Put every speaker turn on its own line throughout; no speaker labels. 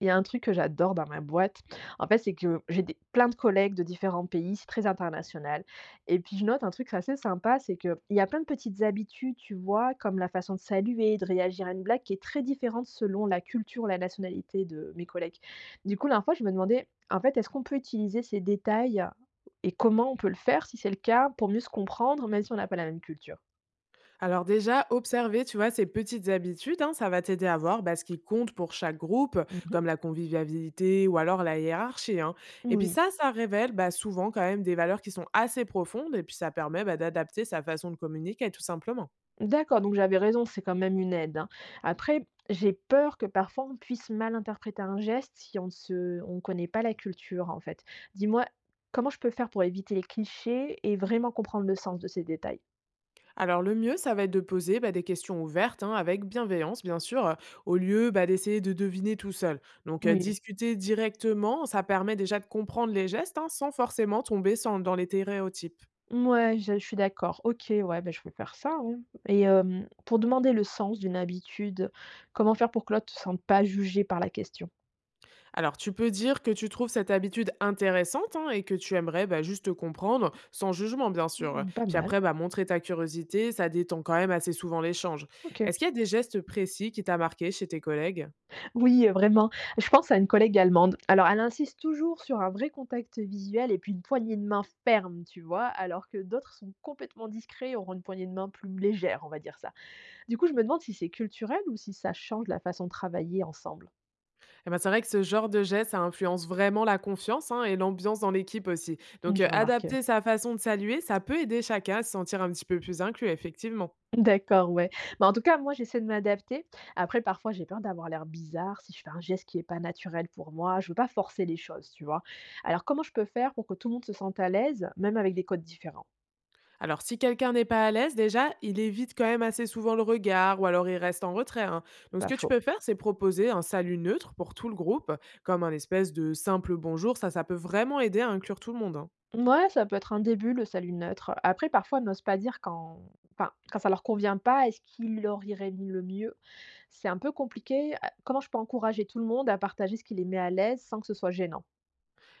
Il y a un truc que j'adore dans ma boîte, en fait, c'est que j'ai des plein de collègues de différents pays, c'est très international et puis je note un truc assez sympa, c'est qu'il y a plein de petites habitudes, tu vois? Comme la façon de saluer, de réagir à une blague qui est très différente selon la culture, la nationalité de mes collègues. Du coup, la dernière fois, je me demandais, en fait, est-ce qu'on peut utiliser ces détails et comment on peut le faire, si c'est le cas, pour mieux se comprendre, même si on n'a pas la même culture?
Alors déjà, observer, tu vois, ces petites habitudes, hein, ça va t'aider à voir bah, ce qui compte pour chaque groupe,
Mmh.
comme la convivialité ou alors la hiérarchie, hein. Et puis
Oui.
ça révèle bah, souvent quand même des valeurs qui sont assez profondes et puis ça permet bah, d'adapter sa façon de communiquer tout simplement.
D'accord, donc j'avais raison, c'est quand même une aide, hein. Après, j'ai peur que parfois on puisse mal interpréter un geste si on ne se on connaît pas la culture, en fait. Dis-moi, comment je peux faire pour éviter les clichés et vraiment comprendre le sens de ces détails?
Alors le mieux, ça va être de poser bah, des questions ouvertes, hein, avec bienveillance bien sûr, au lieu bah, d'essayer de deviner tout seul. Donc
Oui.
discuter directement, ça permet déjà de comprendre les gestes hein, sans forcément tomber dans les stéréotypes.
Ouais, je suis d'accord. Ok, ouais, ben je vais faire ça, hein. Pour demander le sens d'une habitude, comment faire pour que l'autre ne se sente pas jugé par la question?
Alors, tu peux dire que tu trouves cette habitude intéressante hein, et que tu aimerais bah, juste comprendre, sans jugement bien sûr.
Hmm, pas
Puis
mal.
après, bah, montrer ta curiosité, ça détend quand même assez souvent l'échange.
Ok.
Est-ce qu'il y a des gestes précis qui t'a marqué chez tes collègues?
Oui, vraiment. Je pense à une collègue allemande. Alors, elle insiste toujours sur un vrai contact visuel et puis une poignée de main ferme, tu vois? Alors que d'autres sont complètement discrets et auront une poignée de main plus légère, on va dire ça. Du coup, je me demande si c'est culturel ou si ça change la façon de travailler ensemble?
Eh ben, c'est vrai que ce genre de geste, ça influence vraiment la confiance hein, et l'ambiance dans l'équipe aussi.
Mmh,
Donc,
j'ai remarqué.
adapter sa façon de saluer, ça peut aider chacun à se sentir un petit peu plus inclus, effectivement.
D'accord, ouais. Mais en tout cas, moi, j'essaie de m'adapter. Après, parfois, j'ai peur d'avoir l'air bizarre si je fais un geste qui n'est pas naturel pour moi. Je veux pas forcer les choses, tu vois? Alors, comment je peux faire pour que tout le monde se sente à l'aise, même avec des codes différents?
Alors, si quelqu'un n'est pas à l'aise, déjà, il évite quand même assez souvent le regard ou alors il reste en retrait, hein. Donc, ce
Pas
que tu
faux.
peux faire, c'est proposer un salut neutre pour tout le groupe, comme un espèce de simple bonjour. Ça peut vraiment aider à inclure tout le monde, hein.
Ouais, ça peut être un début, le salut neutre. Après, parfois, on n'ose pas dire quand quand ça leur convient pas est ce qui leur irait le mieux. C'est un peu compliqué. A comment je peux encourager tout le monde à partager ce qui les met à l'aise sans que ce soit gênant?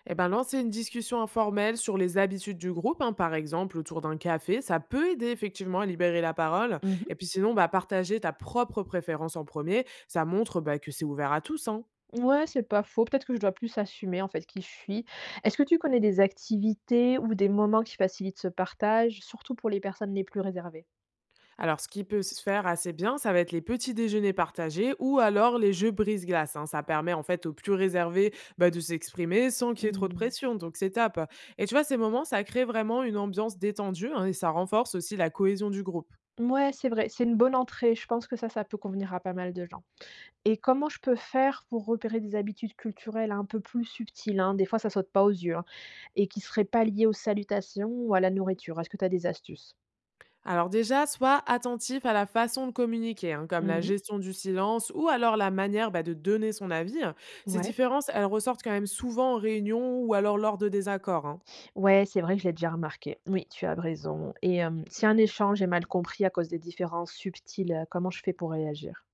Et ben, lancer une discussion informelle sur les habitudes du groupe, hein, par exemple, autour d'un café, ça peut aider effectivement à libérer la parole.
Mmh.
Et puis, sinon, bah, partager ta propre préférence en premier, ça montre bah, que c'est ouvert à tous, hein.
Ouais, c'est pas faux. Peut-être que je dois plus assumer, en fait, qui je suis. Est-ce que tu connais des activités ou des moments qui facilitent ce partage, surtout pour les personnes les plus réservées?
Alors, ce qui peut se faire assez bien, ça va être les petits déjeuners partagés ou alors les jeux brise-glace, hein. Ça permet en fait aux plus réservés bah, de s'exprimer sans qu'il y ait trop de
Mmh.
pression. Donc, c'est top. Et tu vois, ces moments, ça crée vraiment une ambiance détendue hein, et ça renforce aussi la cohésion du groupe.
Mouais, c'est vrai, c'est une bonne entrée. Je pense que ça peut convenir à pas mal de gens. Et comment je peux faire pour repérer des habitudes culturelles un peu plus subtiles, hein, des fois ça saute pas aux yeux, hein, et qui seraient pas liées aux salutations ou à la nourriture? Est-ce que tu as des astuces?
Alors déjà, sois attentif à la façon de communiquer, hein, comme la
Mmh.
gestion du silence ou alors la manière bah, de donner son avis. Ces
Ouais.
différences, elles ressortent quand même souvent en réunion ou alors lors de désaccords, hein.
Ouais, c'est vrai que je l'ai déjà remarqué. Oui, tu as raison. Et si un échange est mal compris à cause des différences subtiles, comment je fais pour réagir?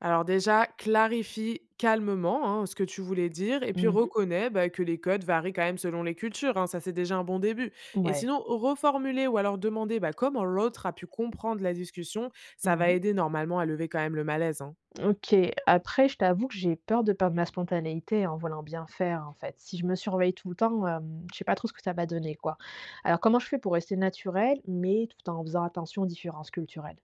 Alors déjà, clarifie calmement hein, ce que tu voulais dire et puis
Mmh.
reconnais bah, que les codes varient quand même selon les cultures, hein, ça, c'est déjà un bon début. Et
Ouais.
sinon, reformuler ou alors demander bah, comment l'autre a pu comprendre la discussion, ça va
Mmh.
aider normalement à lever quand même le malaise, hein.
OK. Après, je t'avoue que j'ai peur de perdre ma spontanéité en voulant bien faire, en fait. Si je me surveille tout le temps, je sais pas trop ce que ça va donner, quoi. Alors comment je fais pour rester naturelle, mais tout en faisant attention aux différences culturelles?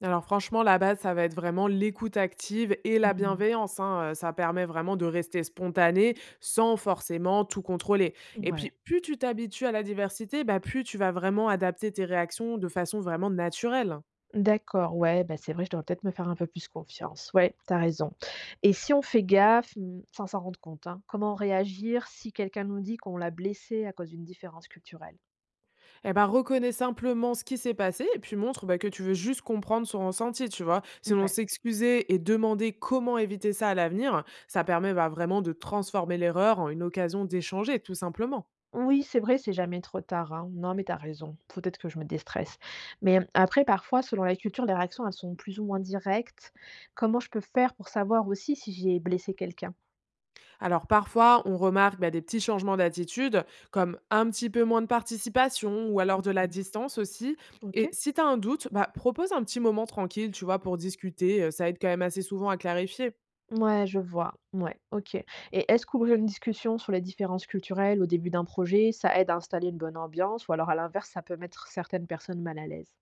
Alors franchement, la base, ça va être vraiment l'écoute active et la
Mmh.
bienveillance, hein, ça permet vraiment de rester spontané sans forcément tout contrôler. Et puis,
Ouais.
plus tu t'habitues à la diversité, bah, plus tu vas vraiment adapter tes réactions de façon vraiment naturelle.
D'accord, ouais, bah, c'est vrai, je devrais peut-être me faire un peu plus confiance. Ouais, t'as raison. Et si on fait gaffe, mmh, sans s'en rendre compte, hein, comment réagir si quelqu'un nous dit qu'on l'a blessé à cause d'une différence culturelle?
Eh ben, reconnais simplement ce qui s'est passé et puis montre bah, que tu veux juste comprendre son ressenti, tu vois. Sinon,
Ouais.
s'excuser et demander comment éviter ça à l'avenir, ça permet bah, vraiment de transformer l'erreur en une occasion d'échanger, tout simplement.
Oui, c'est vrai, c'est jamais trop tard, hein. Non, mais t'as raison. Peut-être que je me déstresse. Mais après, parfois, selon la culture, les réactions, elles sont plus ou moins directes. Comment je peux faire pour savoir aussi si j'ai blessé quelqu'un?
Alors parfois, on remarque bah, des petits changements d'attitude, comme un petit peu moins de participation ou alors de la
Mm.
distance aussi. Et
OK.
si tu as un doute, bah, propose un petit moment tranquille, tu vois, pour discuter. Ça aide quand même assez souvent à clarifier.
Ouais, je vois. Ouais, OK. Et est-ce qu'ouvrir une discussion sur les différences culturelles au début d'un projet, ça aide à installer une bonne ambiance, ou alors à l'inverse, ça peut mettre certaines personnes mal à l'aise?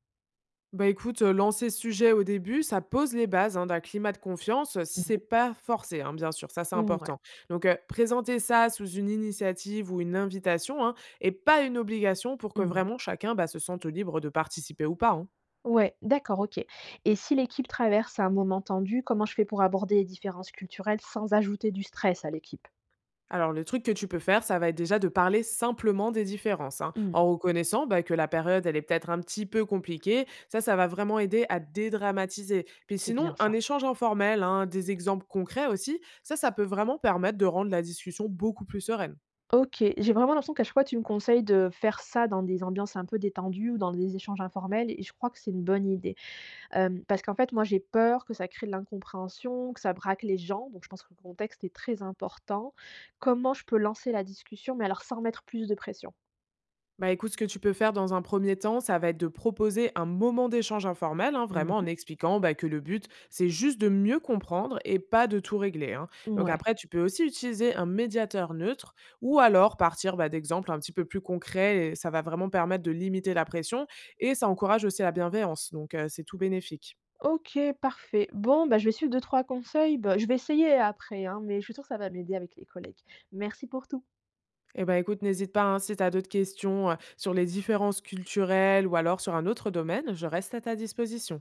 Bah écoute, lancer ce sujet au début, ça pose les bases, hein, d'un climat de confiance, si c'est pas forcé, hein, bien sûr, ça c'est
Mhm. Ouais.
important. Donc, présenter ça sous une initiative ou une invitation, hein, et pas une obligation pour que
Mhm.
vraiment chacun, bah, se sente libre de participer ou pas, hein.
Ouais, d'accord, OK. Et si l'équipe traverse un moment tendu, comment je fais pour aborder les différences culturelles sans ajouter du stress à l'équipe?
Alors, le truc que tu peux faire, ça va être déjà de parler simplement des différences, hein,
Hmm,
en reconnaissant bah, que la période, elle est peut-être un petit peu compliquée. Ça va vraiment aider à dédramatiser. Puis
c'est bien
sinon, un
ça.
échange informel, hein, des exemples concrets aussi, ça peut vraiment permettre de rendre la discussion beaucoup plus sereine.
Ok, j'ai vraiment l'impression qu'à chaque fois tu me conseilles de faire ça dans des ambiances un peu détendues ou dans des échanges informels et je crois que c'est une bonne idée. Parce qu'en fait, moi j'ai peur que ça crée de l'incompréhension, que ça braque les gens, donc je pense que le contexte est très important. Comment je peux lancer la discussion, mais alors sans mettre plus de pression?
Bah écoute, ce que tu peux faire dans un premier temps, ça va être de proposer un moment d'échange informel, hein, vraiment en
Mhm.
expliquant bah, que le but, c'est juste de mieux comprendre et pas de tout régler, hein. Donc
Ouais.
après, tu peux aussi utiliser un médiateur neutre ou alors partir bah, d'exemples un petit peu plus concrets. Et ça va vraiment permettre de limiter la pression et ça encourage aussi la bienveillance. Donc c'est tout bénéfique.
OK, parfait. Bon, bah, je vais suivre deux trois conseils. Bah, je vais essayer après, hein, mais je suis sûre que ça va m'aider avec les collègues. Merci pour tout.
Eh ben écoute, n'hésite pas, hein, si tu as d'autres questions sur les différences culturelles ou alors sur un autre domaine, je reste à ta disposition.